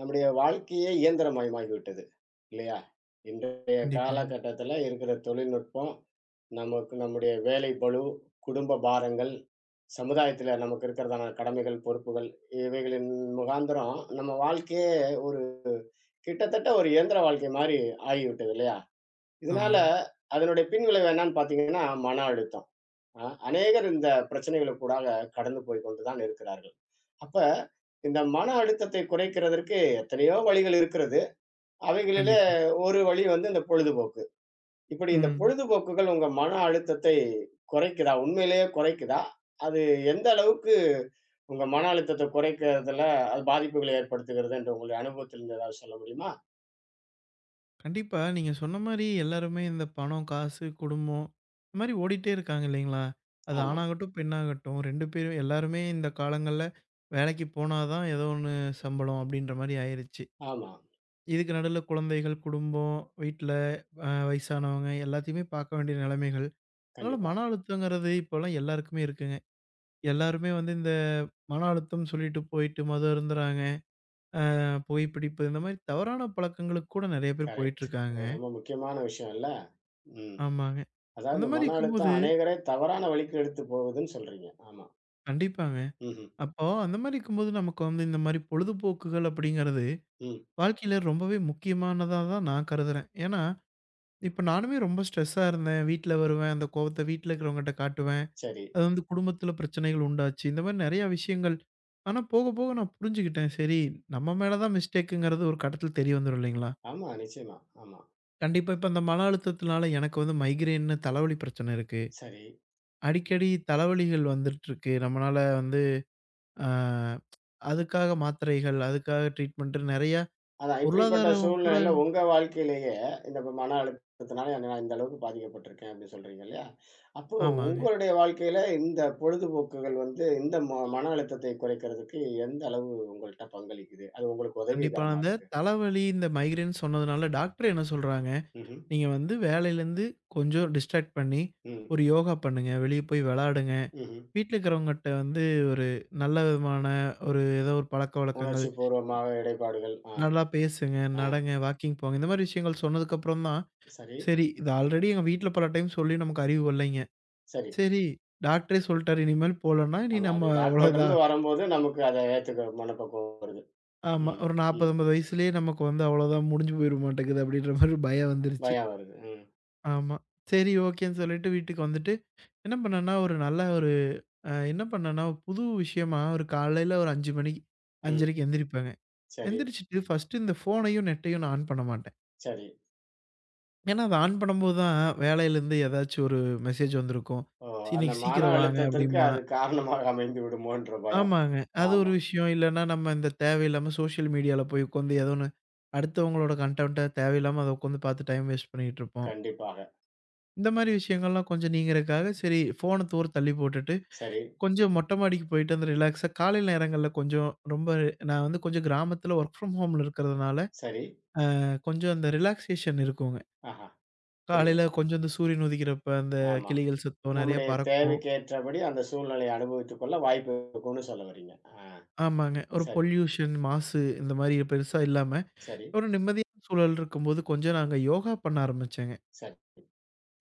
நம்முடைய வாழ்க்கையே இயந்திரமயமாகிவிட்டது. இல்லையா? இன்றைய கண்டிப்பாங்க. காலகட்டத்தில இருக்கிற தொழில்நுட்பம், நமக்கு நம்முடைய வேலை பளு, குடும்ப பாரங்கள், சமுதாயத்தில நமக்கு இருக்கிறதான கடமைகள், பொறுப்புகள் இவைகளின் முகாந்திரம் நம்ம வாழ்க்கையே ஒரு கிட்டத்தட்ட ஒரு இயந்திர வாழ்க்கை மாரி ஆகிவிட்டது இல்லையா? இதனால ஆமாங்க. அதனுடைய பின்விளைவு என்னன்னு பார்த்தீங்கன்னா, மன அழுத்தம். அநேகர் இந்த பிரச்சனைகளுக்கூடாக கடந்து போய் கொண்டு தான் இருக்கிறார்கள். அப்ப இந்த மன அழுத்தத்தை குறைக்கிறதற்கு எத்தனையோ வழிகள் இருக்கிறது. அவைகளில கண்டிப்பா. ஒரு வழி வந்து இந்த பொழுதுபோக்கு. இப்படி இந்த ம். பொழுதுபோக்குகள் உங்க மன அழுத்தத்தை குறைக்குதா? உண்மையிலேயே குறைக்குதா? அது எந்த அளவுக்கு உங்க மன அழுத்தத்த குறைக்கிறதுல அது பாதிப்புகளை ஏற்படுத்துகிறது என்று உங்களுடைய அனுபவத்திலிருந்து ஏதாவது சொல்ல முடியுமா? கண்டிப்பா நீங்க சொன்ன மாரி எல்லாருமே இந்த பணம், காசு, குடும்பம் இந்த மாரி ஓடிட்டே இருக்காங்க இல்லைங்களா? அது ஆமா, ஆணாகட்டும், பெண்ணாகட்டும் 2 பேரும் எல்லாருமே இந்த காலங்கள்ல வேலைக்கு போனா தான் ஏதோ ஒண்ணு சம்பளம் அப்படின்ற மாரி ஆயிருச்சு. ஆமா. இதுக்கு நடுவுல குழந்தைகள், குடும்பம், வீட்ல வயசானவங்க எல்லாத்தையுமே பார்க்க வேண்டிய நிலைமைகள். அதனால கண்டிப்பா. மன அழுத்தங்கிறது இப்போலாம் எல்லாருக்குமே இருக்குங்க. எல்லாருமே வந்து இந்த மன அழுத்தம் சொல்லிட்டு போயிட்டு மது அருந்துறாங்க. புகைப்பிடிப்பு இந்த மாரி தவறான பழக்கங்களுக்கு கூட நெறைய பேர் கரெக்ட். போயிட்டுருக்காங்க. அது ரொம்ப முக்கியமான விஷயம் இல்ல? ம். ஆமாங்க. அதாவது அந்த இந்த மாரி மன இருக்கும்போது அழுத்தம் அநேகரை தவறான வழிக்கு எடுத்து போகுதுன்னு சொல்றீங்க. ஆமா. கண்டிப்பாங்க. ம்ஹ்ம். அப்போ அந்த மாரி இருக்கும்போது நமக்கு வந்து இந்த மாரி பொழுதுபோக்குகள் அப்படிங்கிறது ம். வாழ்க்கையில ரொம்பவே முக்கியமானதா தான் நான் கருதுறேன். ஏன்னா, இப்ப நானுமே ரொம்ப ஸ்ட்ரெஸ்ஸா இருந்தேன். வீட்ல வருவேன். அந்த கோவத்த வீட்ல இருக்கிறவங்கட்ட காட்டுவேன். சரி. அது வந்து குடும்பத்தில பிரச்சனைகள் உண்டாச்சு. இந்த மாரி நெறையா விஷயங்கள். ஆனா போக போக நான் புரிஞ்சுக்கிட்டேன். சரி நம்ம மேல தான் மிஸ்டேக்குங்கிறது ஒரு கட்டத்தில தெரிய வந்துரும் இல்லைங்களா? ஆமா, நிச்சயமா. ஆமா. கண்டிப்பா இப்ப அந்த மன அழுத்தத்தினால எனக்கு வந்து மைக்ரேன்னு தலைவலி பிரச்சனை இருக்கு. சரி. அடிக்கடி தலைவலிகள் வந்துட்டுருக்கு. நம்மனால வந்து அ அதுக்காக மாத்திரைகள், அதுக்காக ட்ரீட்மெண்ட்டுன்னு நெறையா அதான் இப்படிப்பட்ட பொருளாதாரம் கூட சூழ்நிலையில உங்க வாழ்க்கையிலேயே, இந்த இப்ப மன அழுத்தத்தினால என்ன நான் இந்த அளவுக்கு பாதிக்கப்பட்டிருக்கேன் அப்படின்னு சொல்றீங்க இல்லையா? அப்போ ஆமாங்க. உங்களுடைய வாழ்க்கையில இந்த பொழுதுபோக்குகள் வந்து இந்த மன அழுத்தத்தை குறைக்கிறதுக்கு எந்த அளவு உங்கள்ட்ட பங்களிக்குது? அது உங்களுக்கு கண்டிப்பா. உதவிகரமா அந்த இருக்கு. தலைவலி, இந்த மைக்ரேன் சொன்னதுனால டாக்டர் என்ன சொல்றாங்க, ம்ஹ்ம். "நீங்க வந்து வேலையிலேருந்து கொஞ்சம் டிஸ்ட்ராக்ட் பண்ணி, ம். ஒரு யோகா பண்ணுங்க. வெளிய போய் வெளாடுங்க. ம்ஹ்ம். வீட்ல இருக்கிறவங்கட்ட வந்து ஒரு நல்ல விதமான ஒரு ஏதோ ஒரு பழக்கவழக்கங்கள், உணர்ச்சி பூர்வமாக இடைப்பாடுகள். ஆ, நல்லா பேசுங்க, ஆ. நடங்க, வாக்கிங் போங்க." இந்த மாரி விஷயங்கள் சொன்னதுக்கப்புறம் தான், சரி, சரி இது ஆல்ரெடி எங்க வீட்ல பல டைம் சொல்லி நமக்கு அறிவு வரலைங்க. சரி. சரி. டாக்டரே சொல்ட்டாரு, "இனிமேல் போலன்னா, இனி ஆமா. நம்ம அது டாக்டர்ட்டருந்து அவ்வளோதான்." வரும்போது நமக்கு அத ஏத்துக்க மனப்பக்குவம் வருது. ஆமா. ம், ஒரு ம். 40, 50 வயசுலயே நமக்கு வந்து அவ்வளோதான் முடிஞ்சு போயிற மாட்டேங்குது அப்படின்ற மாரி ஒரு பயம் வந்துருச்சு. பயம் வருது. ம், ஆமா. சரி ஓகேன்னு சொல்லிட்டு வீட்டுக்கு வந்துட்டு, என்ன பண்ணேன்னா, ஒரு நல்ல ஒரு அ என்ன பண்ணேன்னா, ஒரு புது விஷயமா ஒரு காலையில ஒரு 5 மணிக்கு ம். 5:30க்கு எந்திரிப்பேங்க. சரி, எந்திரிச்சுட்டு ஃபர்ஸ்ட்டு இந்த ஃபோனையும், நெட்டையும் நான் ஆன் பண்ண மாட்டேன். சரி. ஏன்னா, அத ஆன் பண்ணும்போது தான் வேலையிலேருந்து ஏதாச்சும் ஒரு மெசேஜ் வந்திருக்கும். ஓ! அந்த இன்னைக்கு மன சீக்கிரம் வாங்க" அழுத்தத்திற்கு அப்படிம்பான். அது காரணமாக அமைந்து விடுமோன்ற பயம். ஆமாங்க. அது ஒரு ஆமா, விஷயம். இல்லன்னா நம்ம இந்த தேவையில்லாம சோசியல் மீடியால போய் உட்காந்து ஏதோ ஒண்ணு அடுத்தவங்களோட கன்டென்ட்ட தேவையில்லாம அத உட்காந்து பார்த்து டைம் வேஸ்ட் பண்ணிகிட்டுருப்போம். கண்டிப்பாக. இந்த மாரி விஷயங்கள்லாம் கொஞ்சம் நீங்கிறதுக்காக சரி ஃபோன தூர தள்ளி போட்டுட்டு, சரி, கொஞ்சம் மொட்டை மாடிக்கு போயிட்டு அந்த ரிலாக்ஸா காலை நேரங்கள்ல கொஞ்சம் ரொம்ப நான் வந்து கொஞ்சம் கிராமத்துல ஒர்க் ஃப்ரம் ஹோம்ல இருக்கிறதுனால, சரி. கொஞ்சம் அந்த ரிலாக்சேஷன் இருக்குங்க. ஆஹா, காலையில புரிகிறது. கொஞ்சம் இந்த சூரியன் உதிக்கிறப்ப அந்த ஆமா. கிளிகள் சத்தம் நெறைய நம்முடைய பறக்கும். தேவைக்கு ஏற்றபடி அந்த சூழ்நிலையை அனுபவித்துக் கொள்ள வாய்ப்பு இருக்கும்னு சொல்ல வர்றீங்க. ஆ, ஆமாங்க. ஒரு சரி, பொல்யூஷன் மாசு இந்த மாரி பெருசா இல்லாம சரி, ஒரு நிம்மதியான சூழல் இருக்கும்போது, கொஞ்சம் நாங்க யோகா பண்ண ஆரம்பிச்சேங்க. சரி,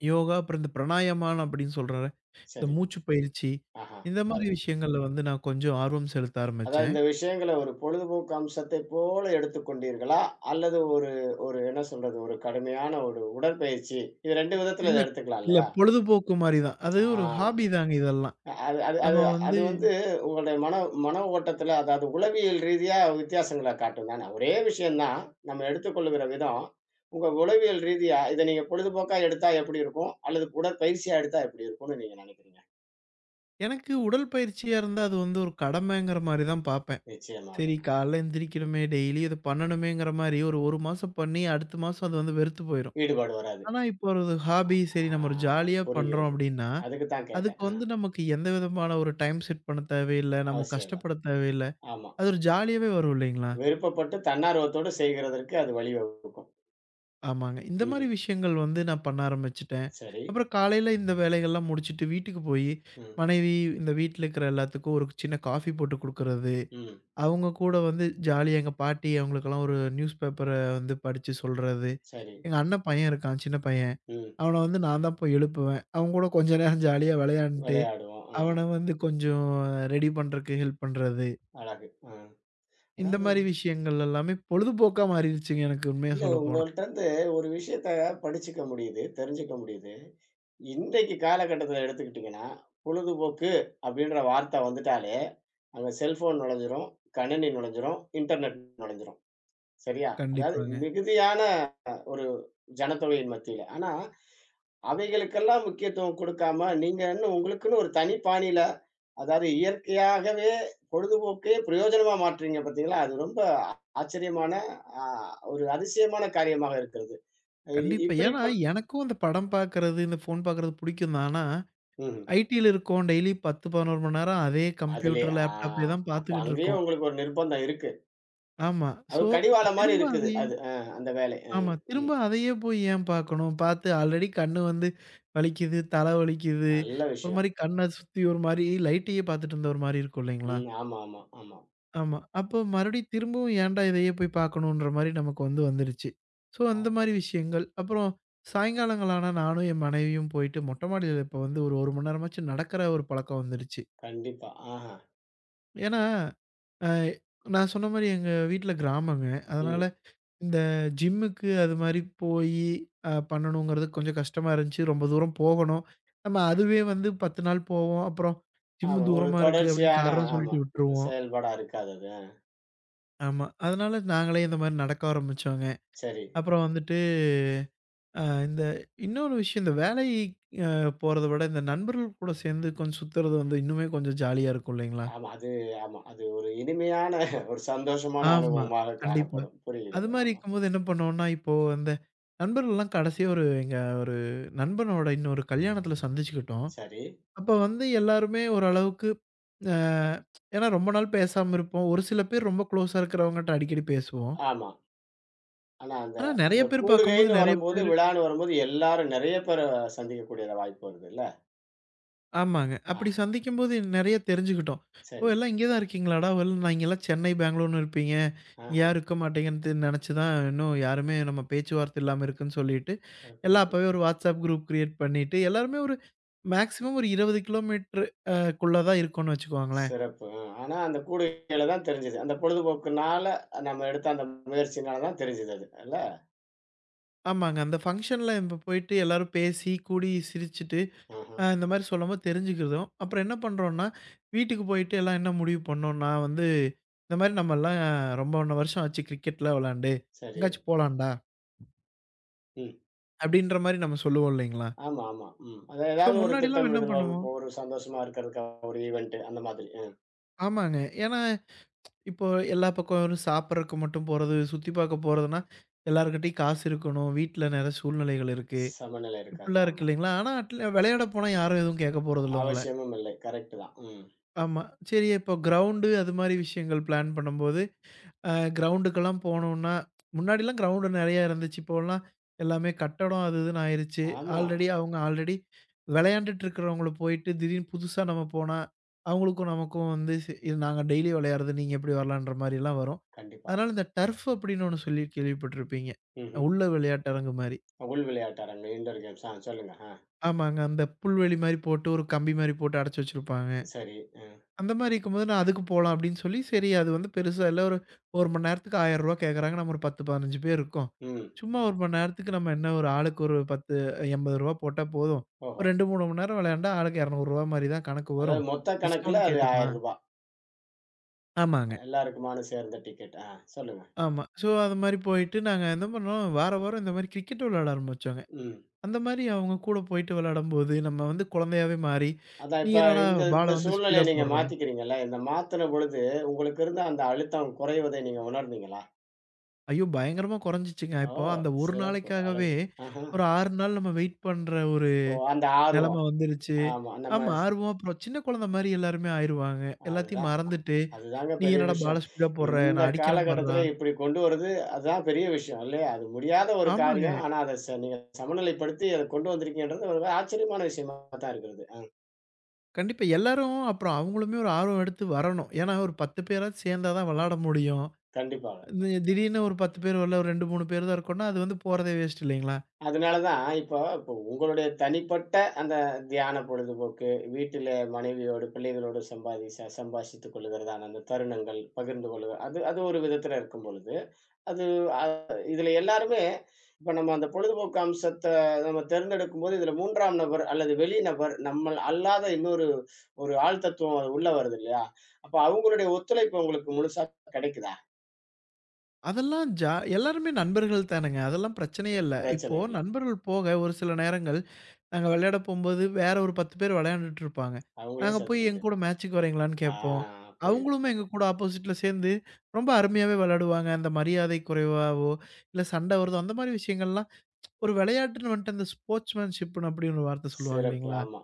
யோகா, அப்புறம் இந்த பிராணாயாமான்னு அப்படின்னு சொல்றேன்ல, இந்த சரி. மூச்சு பயிற்சி, ஆஹா. இந்த அது மாரி விஷயங்கள்ல வந்து நான் கொஞ்சம் ஆர்வம் செலுத்த அதாவது ஆரம்பிச்சேன். இந்த விஷயங்கள ஒரு பொழுதுபோக்கு அம்சத்தை போல எடுத்துக்கொண்டீர்களா? அல்லது ஒரு ஒரு என்ன சொல்றது? ஒரு கடுமையான ஒரு உடற்பயிற்சி. இது 2 விதத்துல இல்ல, இத எடுத்துக்கலாம் இல்ல இல்லையா? பொழுதுபோக்கு மாரி தான். அது ஒரு ஆ. ஹாபி தாங்க இதெல்லாம். அது அது நம்ம அது அது வந்து வந்து உங்களுடைய மன மன ஓட்டத்துல, அதாவது உளவியல் ரீதியா வித்தியாசங்கள காட்டும் தான. ஒரே விஷயம் தான். நம்ம எடுத்துக்கொள்ளுகிற விதம், உங்க உளவியல் ரீதியா இத நீங்க பொழுதுபோக்கா எடுத்தா எப்படி இருக்கும்? அல்லது உடற்பயிற்சியா எடுத்தா எப்படி இருக்கும்னு நீங்க நினைக்கிறீங்க? எனக்கு உடல் பயிற்சியா இருந்தா, அது வந்து ஒரு கடமைங்கிற மாரி தான் பாப்பேன். நிச்சயமாக. சரி காலைல எந்திரிக்கணுமே, டெய்லி இத பண்ணணுமேங்கிற மாரி ஒரு 1 மாசம் பண்ணி, அடுத்த மாசம் அது வந்து வெறுத்து போயிரும். ஈடுபாடு வராது. ஆனா, இப்போ ஒரு ஹாபி, சரி ஆ நம்ம ஒரு ஜாலியா பண்றோம் புரிகிறது. அப்படின்னா அதுக்கு தான் கேட்டேன். அதுக்கு ஆ வந்து நமக்கு எந்த விதமான ஒரு டைம் செட் பண்ண தேவையில்ல. நம்ம அவசியம் இல்ல. கஷ்டப்பட தேவையில்ல. ஆமா. அது ஒரு ஜாலியாவே வரும் இல்லைங்களா? விருப்பப்பட்டு தன்னார்வத்தோடு செய்கிறதற்கு அது வழிவகுக்கும். ஆமாங்க. இந்த ம்ஹ்ம். மாரி விஷயங்கள் வந்து நான் பண்ண ஆரம்பிச்சுட்டேன். சரி. அப்புறம் காலையில இந்த வேலைகள்லாம் முடிச்சுட்டு வீட்டுக்கு போயி, ம். மனைவி இந்த வீட்ல இருக்கிற எல்லாத்துக்கும் ஒரு சின்ன காஃபி போட்டு குடுக்குறது, ம். அவங்க கூட வந்து ஜாலியா எங்க பாட்டி அவங்களுக்கெல்லாம் ஒரு நியூஸ் பேப்பர வந்து படிச்சு சொல்றது. சரி. எங்க அண்ணன் பையன் இருக்கான், சின்ன பையன். ம். அவன வந்து நான் தான் போய் எழுப்புவேன். அவன் கூட கொஞ்ச நேரம் ஜாலியா விளையாண்டுட்டு, விளையாடுவோம். ம். அவன வந்து கொஞ்சம் ரெடி பண்றதுக்கு ஹெல்ப் பண்றது. அழகு. ஆ. இந்த அதாவது மாரி விஷயங்கள் எல்லாமே பொழுதுபோக்கா மாறிருச்சுங்க எனக்கு உண்மைய இல்ல சொல்லப்போனா. உங்கள்ட்டருந்து ஒரு விஷயத்த படிச்சுக்க முடியுது, தெரிஞ்சுக்க முடியுது. இன்றைக்கு காலகட்டத்துல எடுத்துக்கிட்டீங்கன்னா, பொழுதுபோக்கு அப்படின்ற வார்த்த வந்துட்டாலே, அங்க செல்ஃபோன் நுழைஞ்சிரும், கணினி நுழைஞ்சிரும், இன்டர்நெட் நுழைஞ்சிரும். சரியா? அதாவது கண்டிப்பாங்க. மிகுதியான ஒரு ஜனத்தொகையின் மத்தியில. ஆனா, அவைகளுக்கெல்லாம் முக்கியத்துவம் குடுக்காம, நீங்க இன்னும் உங்களுக்குன்னு ஒரு தனி பாணியில, அதாவது இயற்கையாகவே பொழுதுபோக்கே பிரயோஜனமா மாற்றீங்க பார்த்தீங்களா? அது ரொம்ப ஆச்சரியமான, அ ஒரு அதிசயமான காரியமாக இருக்கிறது. இ கண்டிப்பா. ஏன்னா, இப்படிப்பட் எனக்கும் அந்த படம் பார்க்கறது, இந்த ஃபோன் பார்க்கறது புடிக்கும் தான். ஆனா, ம்ஹ்ம். ஐடில இருக்கோம். டெய்லி 10, 11 மணி நேரம் அதே அதிலே கம்ப்யூட்டர், ஆ லேப்டாப்பே தான் அப்ப பார்த்துக்கிட்டு அங்கேயும் இருக்கோம். உங்களுக்கு ஒரு நிர்பந்தம் இருக்கு. ஆமா. அது ஸோ, கடிவாளம் மாரி திரும்ப இருக்குது. அதையே அது அ அந்த வேலை. அ, ஆமா. திரும்ப ம். அதையே போய் ஏன் பார்க்கணும்? பார்த்து ஆல்ரெடி கண்ணு வந்து வலிக்குது, தலை வலிக்குது. நல்ல ஒரு விஷயம். மாரி கண்ண சுத்தி ஒரு மாரி லைட்டையே பார்த்துட்டு இருந்தா ஒரு மாரி இருக்கும் இல்லைங்களா? ம். ஆமா, ஆமா, ஆமா. ஆமா. அப்போ மறுபடியும் திரும்பவும் ஏன்டா இதையே போய் பார்க்கணுன்ற மாரி நமக்கு வந்து வந்துருச்சு. ஸோ ஆ அந்த மாரி விஷயங்கள். அப்புறம் சாயங்காலங்கள் ஆனா நானும் என் மனைவியும் போயிட்டு மொட்டை மாடியில இப்ப வந்து ஒரு 1 மணி நேரமாச்சும் நடக்கிற ஒரு பழக்கம் வந்துருச்சு. கண்டிப்பா. ஆஹா. ஏன்னா, அ நான் சொன்ன மாரி எங்க வீட்ல கிராமங்க. அதனால ம். இந்த ஜிம்முக்கு அது மாரி போயி பண்ணணுங்கிறது கொஞ்சம் கஷ்டமா இருந்துச்சு. ரொம்ப தூரம் போகணும். நம்ம அதுவே வந்து 10 நாள் போவோம். அப்புறம் ஜிம்மு ஆமா. ஒரு தூரமா இருக்கு அப்படின்னு தொடர்ச்சியான காரணம் ஆமா. சொல்லிட்டு விட்டுருவோம். செயல்பாடா இருக்காது அது. அ ஆமா. அதனால நாங்களே இந்த மாரி நடக்க ஆரம்பிச்சோங்க. சரி. அப்புறம் வந்துட்டு, இந்த இன்னொரு விஷயம், இந்த வேலை அ போறத விட, இந்த நண்பர்கள் கூட சேர்ந்து கொஞ்சம் சுத்துறது வந்து இன்னுமே கொஞ்சம் ஜாலியா இருக்கும் இல்லைங்களா? ஆமா. அது ஆமா. அது ஒரு இனிமையான ஒரு சந்தோஷமான ஆமா. அனுபவமாக கண்டிப்பா. காணப்படும். அது புரிகிறது. மாரி ஆமா. இருக்கும்போது என்ன பண்ணுவோம்னா, இப்போ அந்த நண்பர்கள்லாம் கடைசியா ஒரு நண்பனோட இன்னொரு கல்யாணத்துல சந்திச்சுக்கிட்டோம். சரி. அப்ப வந்து எல்லாருமே ஓரளவுக்கு அ ஏன்னா ரொம்ப நாள் பேசாம இருப்போம். ஒரு சில பேர் ரொம்ப குளோஸா இருக்கிறவங்கட்ட அடிக்கடி பேசுவோம். ஆமா. ஆனா அந்த ஆனா நெறைய அந்த பேர் பார்க்கும்போது கூடுகைன்னு நெறைய வரும்போது, பேரு விழான்னு வரும்போது எல்லாரும் நெறைய பேர சந்திக்கக்கூடிய வாய்ப்பு வருதுல்ல? ஆமாங்க. ஆ, அப்படி சந்திக்கும்போது நெறைய தெரிஞ்சுக்கிட்டோம். "ஓ! சரி. எல்லாம் இங்கே தான் இருக்கீங்களாடா? ஒருவேள நான் இங்கேல்லாம் சென்னை, பெங்களூர்ன்னு இருப்பீங்க. இங்க ஆஹா. யாரும் இருக்க மாட்டீங்கன்னு நெனச்சு தான் இன்னும் யாருமே நம்ம பேச்சுவார்த்தை இல்லாம இருக்குன்னு" சொல்லிட்டு, ஒரு எல்லாம் குறிப்பு. அப்பவே ஒரு WhatsApp குரூப் கிரியேட் பண்ணிட்டு, எல்லாருமே ஒரு மேக்ஸிமம் ஒரு 20 கிலோமீட்டர் அ குள்ள தான் இருக்கோம்னு வச்சுக்கோங்களேன். சிறப்பு. அ. ஆனா அந்த கூடுகையில தான் தெரிஞ்சது. அந்த பொழுதுபோக்குனால நம்ம எடுத்த அந்த முயற்சியினால தான் தெரிஞ்சது அது. இல்ல? ஆமாங்க. அந்த ஃபங்ஷன்ல இப்ப போயிட்டு எல்லாரும் பேசி, கூடி, சிரிச்சுட்டு ஆஹா. இந்த மாரி சொல்லும்போது தெரிஞ்சுக்கிறதும், அப்புறம் என்ன பண்றோம்னா, வீட்டுக்கு போயிட்டு எல்லாம் என்ன முடிவு பண்ணோம்னா வந்து, இந்த மாரி நம்மலாம் ரொம்ப ஒன்று வருஷம் ஆச்சு கிரிக்கெட்லாம் விளையாண்டு, சரி. எங்கேயாச்சும் போலாம்டா, ம். அப்படின்ற மாரி நம்ம சொல்லுவோம் இல்லைங்களா? ஆமா, ஆமா. ம். அது ஸோ ஏதாவது ஒரு முன்னாடிலாம் என்ன திட்டமிடுதல் பண்ணுவோம் வகுப்பு, ஒரு சந்தோஷமா இருக்கிறதுக்காக ஒரு ஈவென்ட் அந்த மாதிரி. ம். ஆமாங்க. ஏன்னா இப்போ எல்லா பக்கம் வெறும் சாப்பிடறக்கு மட்டும் போறது, சுத்தி பார்க்க போறதுன்னா, எல்லார்கிட்டயும் காசு இருக்கணும், வீட்ல நிறைய சூழ்நிலைகள் இருக்கு. சமநிலை இருக்காது. இப்படிலாம் இருக்கு ஆமா. இல்லைங்களா? ஆனா அட்ல விளையாட போனா யாரும் எதுவும் கேட்க போறதில்ல உங்கள. அவசியமும் இல்லை. கரெக்ட் தான். ம். ஆமா. சரி இப்போ கிரவுண்டு அது மாரி விஷயங்கள் பிளான் பண்ணும்போது அ கிரவுண்டுக்கெல்லாம் போனோம்னா, முன்னாடிலாம் கிரவுண்டு நெறையா இருந்துச்சு. இப்போலாம் எல்லாமே கட்டடம் அது இதுன்னு ஆயிருச்சு. ஆமா. ஆல்ரெடி அவங்க ஆல்ரெடி விளையாண்டுட்டு இருக்கிறவங்கள போயிட்டு திடீர்னு புதுசா நம்ம போனா, அவங்களுக்கும் நமக்கும் வந்து இது நாங்க டெய்லி விளையாடுறது, நீங்க எப்படி வரலான்ற மாரிலாம் வரும். கண்டிப்பா. அதனால இந்த டர்ஃப் அப்படின்னு ஒண்ணு சொல்லி கேள்விப்பட்டிருப்பீங்க. ம்ஹ்ம். உள்ள விளையாட்டரங்கு மாரி. உள் விளையாட்டு அரங்கு, இன்டோர் கேம்ஸ். ஆ சொல்லுங்க. ஆ. ஆமாங்க. அந்த புல்வெளி மாரி போட்டு ஒரு கம்பி மாரி போட்டு அடைச்சு வச்சிருப்பாங்க. சரி. அ. அந்த மாரி இருக்கும்போது நான் அதுக்கு போலாம் அப்படின்னு சொல்லி, சரி அது வந்து பெருசா இல்ல. ஒரு 1 மணி நேரத்துக்கு ரூ. 1000 கேட்குறாங்க. நம்ம ஒரு 10, 15 பேர் இருக்கோம். ம். சும்மா 1 மணி நேரத்துக்கு நம்ம என்ன ஒரு ஆளுக்கு ஒரு 10, ரூ. 80 போட்டா போதும். ஓஹோ! ஒரு 2, 3 மணி நேரம் விளையாண்டா ஆளுக்கு ரூ. 200 மாரி தான் கணக்கு அதாவது வரும். மொத்த கணக்குல டிஸ்கவுண்ட் அது ரூ. கேட்டுக்கலாம். 1000 ஆமாங்க. எல்லாருக்குமான சேர்ந்த டிக்கெட். ஆ சொல்லுங்க. ஆமா. ஸோ அது மாரி போயிட்டு நாங்க என்ன பண்ணோம், வார வாரம் இந்த மாரி கிரிக்கெட் விளையாட ஆரம்பிச்சோங்க. ம். அந்த மாரி அவங்க கூட போயிட்டு விளையாடும்போது, நம்ம வந்து குழந்தையாவே மாறி, அதான் "நீ இப்ப என்னடா இந்த பால இந்த வந்து சூழ்நிலைய ஸ்பீடா நீங்க போடுற?" மாத்திக்கிறீங்கல்ல. இந்த மாத்துன பொழுது, உங்களுக்கு இருந்த அந்த அழுத்தம் குறைவதை நீங்க உணர்ந்தீங்களா? ஐயோ! பயங்கரமா குறைஞ்சிச்சுங்க. ஓ! இப்போ அந்த ஒரு சிறப்பு. நாளைக்காகவே அழகு. ஆஹா. ஒரு 6 நாள் நம்ம வெயிட் பண்ற ஒரு ஓ அந்த ஆர்வம். நிலைமை வந்துருச்சு. ஆமா. நம்ம ஆமா, ஸ் ஆர்வம் அப்புறம் சின்ன குழந்தை மாரி எல்லாருமே ஆயிருவாங்க. எல்லாத்தையும் அதுதான். மறந்துட்டு, அதுதாங்க "நீ பெரிய என்னடா பால விஷயம். ஸ்பீடா போடுற? இந்த நான் அடிக்கிறேன் பார்றா." காலகட்டத்தில இப்படி கொண்டு வர்றது, அதுதான் பெரிய விஷயம் இல்லையா? அது முடியாத ஒரு காரியம். ஆமாங்க. ஆனா, அத ச நீங்க சமநிலைப்படுத்தி அத கொண்டு வந்திருக்கீங்கன்றது ஒரு ஆச்சரியமான விஷயமா தான் இருக்கிறது. ஆ. கண்டிப்பா எல்லாரும் அப்புறம் அவங்களுமே ஒரு ஆர்வம் எடுத்து வரணும். ஏன்னா ஒரு 10 பேராவது சேர்ந்தா தான் விளையாட முடியும். கண்டிப்பா. திடீர்னு ஒரு 10 பேர் வரல, ஒரு 2, 3 பேர் தான் இருக்கோம்னா, அது வந்து போறதே வேஸ்ட் இல்லைங்களா? அதனால தான், இப்போ இப்போ உங்களுடைய தனிப்பட்ட அந்த தியான பொழுதுபோக்கு, வீட்டில மனைவியோடு, பிள்ளைகளோடு சம்பாதி ச சம்பாஷித்துக் கொள்ளுகிறதான அந்த தருணங்கள், பகிர்ந்து கொள்ளுக அது அது ஒரு விதத்தில இருக்கும் பொழுது, அது அ இதில எல்லாருமே இப்ப நம்ம அந்த பொழுதுபோக்கு அம்சத்த நம்ம தேர்ந்தெடுக்கும்போது, இதில 3ஆம் நபர் அல்லது வெளி நபர், நம்மள் அல்லாத இன்னொரு ஒரு ஆள் தத்துவம் அது உள்ள வருது இல்லையா? அப்ப அவங்களுடைய ஒத்துழைப்பு உங்களுக்கு முழுசா கிடைக்குதா? அதெல்லாம் எல்லாருமே நண்பர்கள் தானங்க. அதெல்லாம் பிரச்சனையே இல்ல. இப்போ பிரச்சனை இல்ல. நண்பர்கள் போக ஒரு சில நேரங்கள் நாங்க விளையாட போம்போது, வேற ஒரு 10 பேர் விளையாண்டுட்டு இருப்பாங்க. அவங்களையும் நாங்க போய் சேர்த்துக்க எங்க முடியும். கூட மேட்ச்சுக்கு வரீங்களான்னு ஆ கேட்போம். புரியுது. அவங்களுமே எங்க கூட ஆப்போசிட்ல சேர்ந்து ரொம்ப அருமையாவே விளையாடுவாங்க. அந்த மரியாதை குறைவாவோ, இல்ல சண்டை வருதோ, அந்த மாரி விஷயங்கள்லாம் ஒரு விளையாட்டுன்னு வந்துட்டு அந்த ஸ்போர்ட்ஸ்மேன்ஷிப்ன்னு அப்படின்னு ஒரு வார்த்தை சொல்லுவாங்க சிறப்பு. இல்லைங்களா? ஆமா.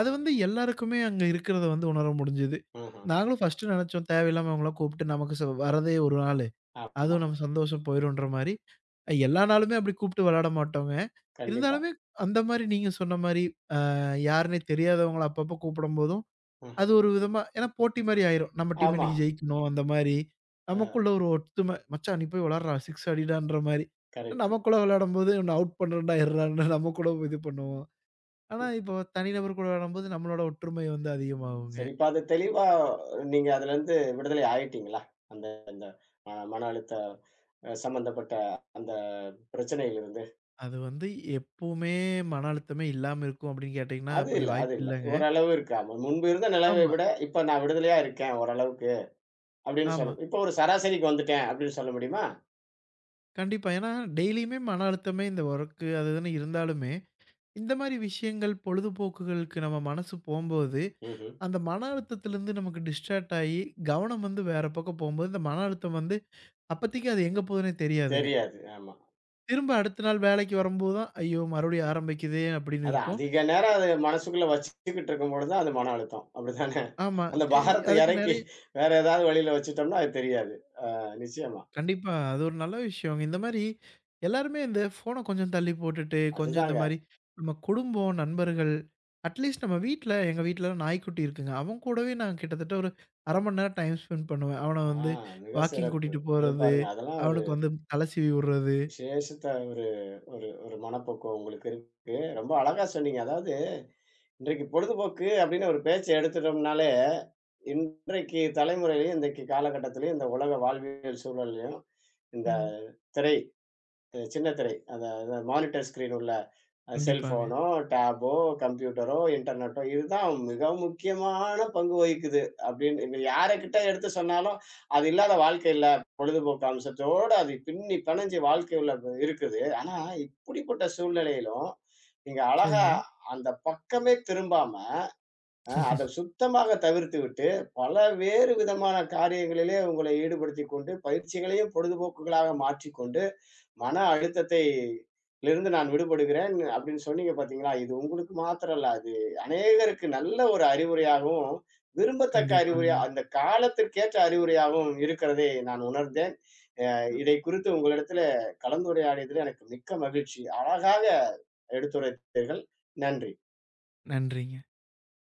அது வந்து எல்லாருக்குமே அங்க இருக்கிறத வந்து உணர முடிஞ்சது. ம்ஹ்ம். நாங்களும் ஃபர்ஸ்ட்டு நெனைச்சோம், தேவையில்லாம அவங்கள கூப்பிட்டு நமக்கு வரதே ஒரு நாள். ஆமா. அதுவும் நம்ம சந்தோஷம் போயிரும்ன்ற மாரி, எல்லா நாளுமே அப்படி கூப்பிட்டு விளையாட மாட்டோங்க. கண்டிப்பா. இருந்தாலுமே அந்த மாரி நீங்க சொன்ன மாரி, அ யாருன்னே தெரியாதவங்கள அப்பப்போ கூப்பிடும்போதும், ம்ஹ்ம். அது ஒரு விதமா ஏன்னா போட்டி மாரி ஆயிரும். நம்ம டீம் ஆமா. இன்னைக்கு ஜெயிக்கணும் அந்த மாரி. அ நமக்குள்ள ஒரு ஒத்துமை, "மச்சான் நீ போய் விளையாடுறா, சிக்ஸ் அடிடான்ற" மாரி. கரெக்ட்டு. நமக்குள்ள விளையாடும்போது, "உன்ன அவுட் பண்றேன்டா இர்றான்னு" நம்ம கூட இது பண்ணுவோம். ஆனா ம். இப்போ தனிநபர் கூட விளையாடும்போது நம்மளோட ஒற்றுமை வந்து அதிகமாகுங்க. சரி இப்ப அது தெளிவா நீங்க அதுலருந்து விடுதலை ஆயிட்டீங்களா? அந்த அந்த அ மன அழுத்த அ சம்மந்தப்பட்ட அந்த பிரச்சனையிலிருந்து. அது வந்து எப்பவுமே மன அழுத்தமே இல்லாம இருக்கும் அப்படின்னு கேட்டீங்கன்னா, அது அப்படி இல்ல, அது வாய்ப்பு இல்ல. இல்லங்க. ஓரளவு இருக்காம. முன்பு இருந்த நிலைமை ஆமா. விட, இப்ப நான் விடுதலையா இருக்கேன் ஓரளவுக்கு, அப்படின்னு ஆமா. சொல்ல இப்ப ஒரு சராசரிக்கு வந்துட்டேன் அப்படின்னு சொல்ல முடியுமா? கண்டிப்பா. ஏன்னா, டெய்லியுமே மன அழுத்தமே இந்த ஒர்க்கு அது இதுன்னு இருந்தாலுமே, இந்த மாரி விஷயங்கள் பொழுதுபோக்குகளுக்கு நம்ம மனசு போம்போது, ம்ஹ்ம். அந்த மன அழுத்தத்திலருந்து நமக்கு டிஸ்ட்ராக்ட் ஆயி, கவனம் வந்து வேற பக்கம் போம்போது, இந்த மன அழுத்தம் வந்து அப்பதைக்கு அது எங்க போகுதுன்னே தெரியாதுங்க. தெரியாது. ஆமா. திரும்ப அடுத்த நாள் வேலைக்கு வரும்போது தான், "ஐயோ! மறுபடியும் ஆரம்பிக்குதே" அப்படின்னு அதான் இருக்கும். அதிக நேரம் அது மனசுக்குள்ள வச்சுக்கிட்டு இருக்கும்பொழுது தான் அது மன அழுத்தம். அப்படித்தானே? ஆமா. அந்த சரி, பாரத்த அதுக்கு இறக்கி நெறைய வேற ஏதாவது வழியில வச்சுட்டோம்னா அது தெரியாது. அ நிச்சயமா. கண்டிப்பா. அது ஒரு நல்ல விஷயங்க. இந்த மாரி எல்லாருமே இந்த ஃபோன கொஞ்சம் தள்ளி போட்டுட்டு, கொஞ்சம் இந்த அதுதாங்க. மாரி நம்ம குடும்பம், நண்பர்கள் அட்லீஸ்ட் நம்ம வீட்ல எங்க வீட்லலாம் நாய்க்குட்டி இருக்குங்க. அவன் கூடவே நான் கிட்டத்தட்ட ஒரு 1/2 மணி நேரம் டைம் ஸ்பெண்ட் பண்ணுவேன். அவன ஆ வந்து மிக வாக்கிங் சிறப்பு. கூட்டிட்டு அது போறது, பாருங்க. அதெல்லாம் ஒரு அவனுக்கு வந்து தல சீவி விடுறது. விசேஷத்த ஒரு ஒரு ஒரு மனப்பக்குவம் உங்களுக்கு இருக்கு. ரொம்ப அழகா சொன்னீங்க. அதாவது இன்றைக்கு பொழுதுபோக்கு அப்படின்னு ஒரு பேச்ச எடுத்துட்டோம்னாலே, இன்றைக்கு தலைமுறையிலயும், இன்றைக்கு காலகட்டத்திலயும், இந்த உலக வாழ்வியல் சூழல்லயும், இந்த ம். திரை அ சின்ன திரை. அந்த அந்த மானிட்டர் ஸ்க்ரீன் உள்ள அ கண்டிப்பாங்க. செல்ஃபோனோ, டேபோ, கம்ப்யூட்டரோ, இன்டர்நெட்டோ இதுதான் மிக முக்கியமான பங்கு வகிக்குது அப்படின்னு இது யாருகிட்ட எடுத்து சொன்னாலும், அது இல்லாத வாழ்க்கை இல்ல. பொழுதுபோக்கு அம்சத்தோட அது பின்னி பிணைஞ்சு வாழ்க்கை உள்ள ப இருக்குது. ஆனா இப்படிப்பட்ட சூழ்நிலையிலும், நீங்க அழகா சரிங்க. அந்த பக்கமே திரும்பாம, அ அத சுத்தமாக தவிர்த்துவிட்டு, பல வேறு விதமான காரியங்களிலே உங்களை ஈடுபடுத்திக் கொண்டு, பயிற்சிகளையும் பொழுதுபோக்குகளாக மாற்றிக்கொண்டு மன அழுத்தத்தை லிருந்து நான் விடுபடுகிறேன் அப்படின்னு சொன்னீங்க பார்த்தீங்களா? இது உங்களுக்கு மாத்திரம் இல்ல. அது அநேகருக்கு நல்ல ஒரு அறிவுரையாகவும், விரும்பத்தக்க கண்டிப்பாங்க. அறிவுரையா அந்த காலத்திற்கேற்ற அறிவுரையாகவும் இருக்கிறதை நான் உணர்ந்தேன். அ இதை குறித்து உங்களிடத்தில கலந்துரையாடியதில் எனக்கு மிக்க மகிழ்ச்சி. அழகாக எடுத்துரைத்தீர்கள். நன்றி. நன்றிங்க.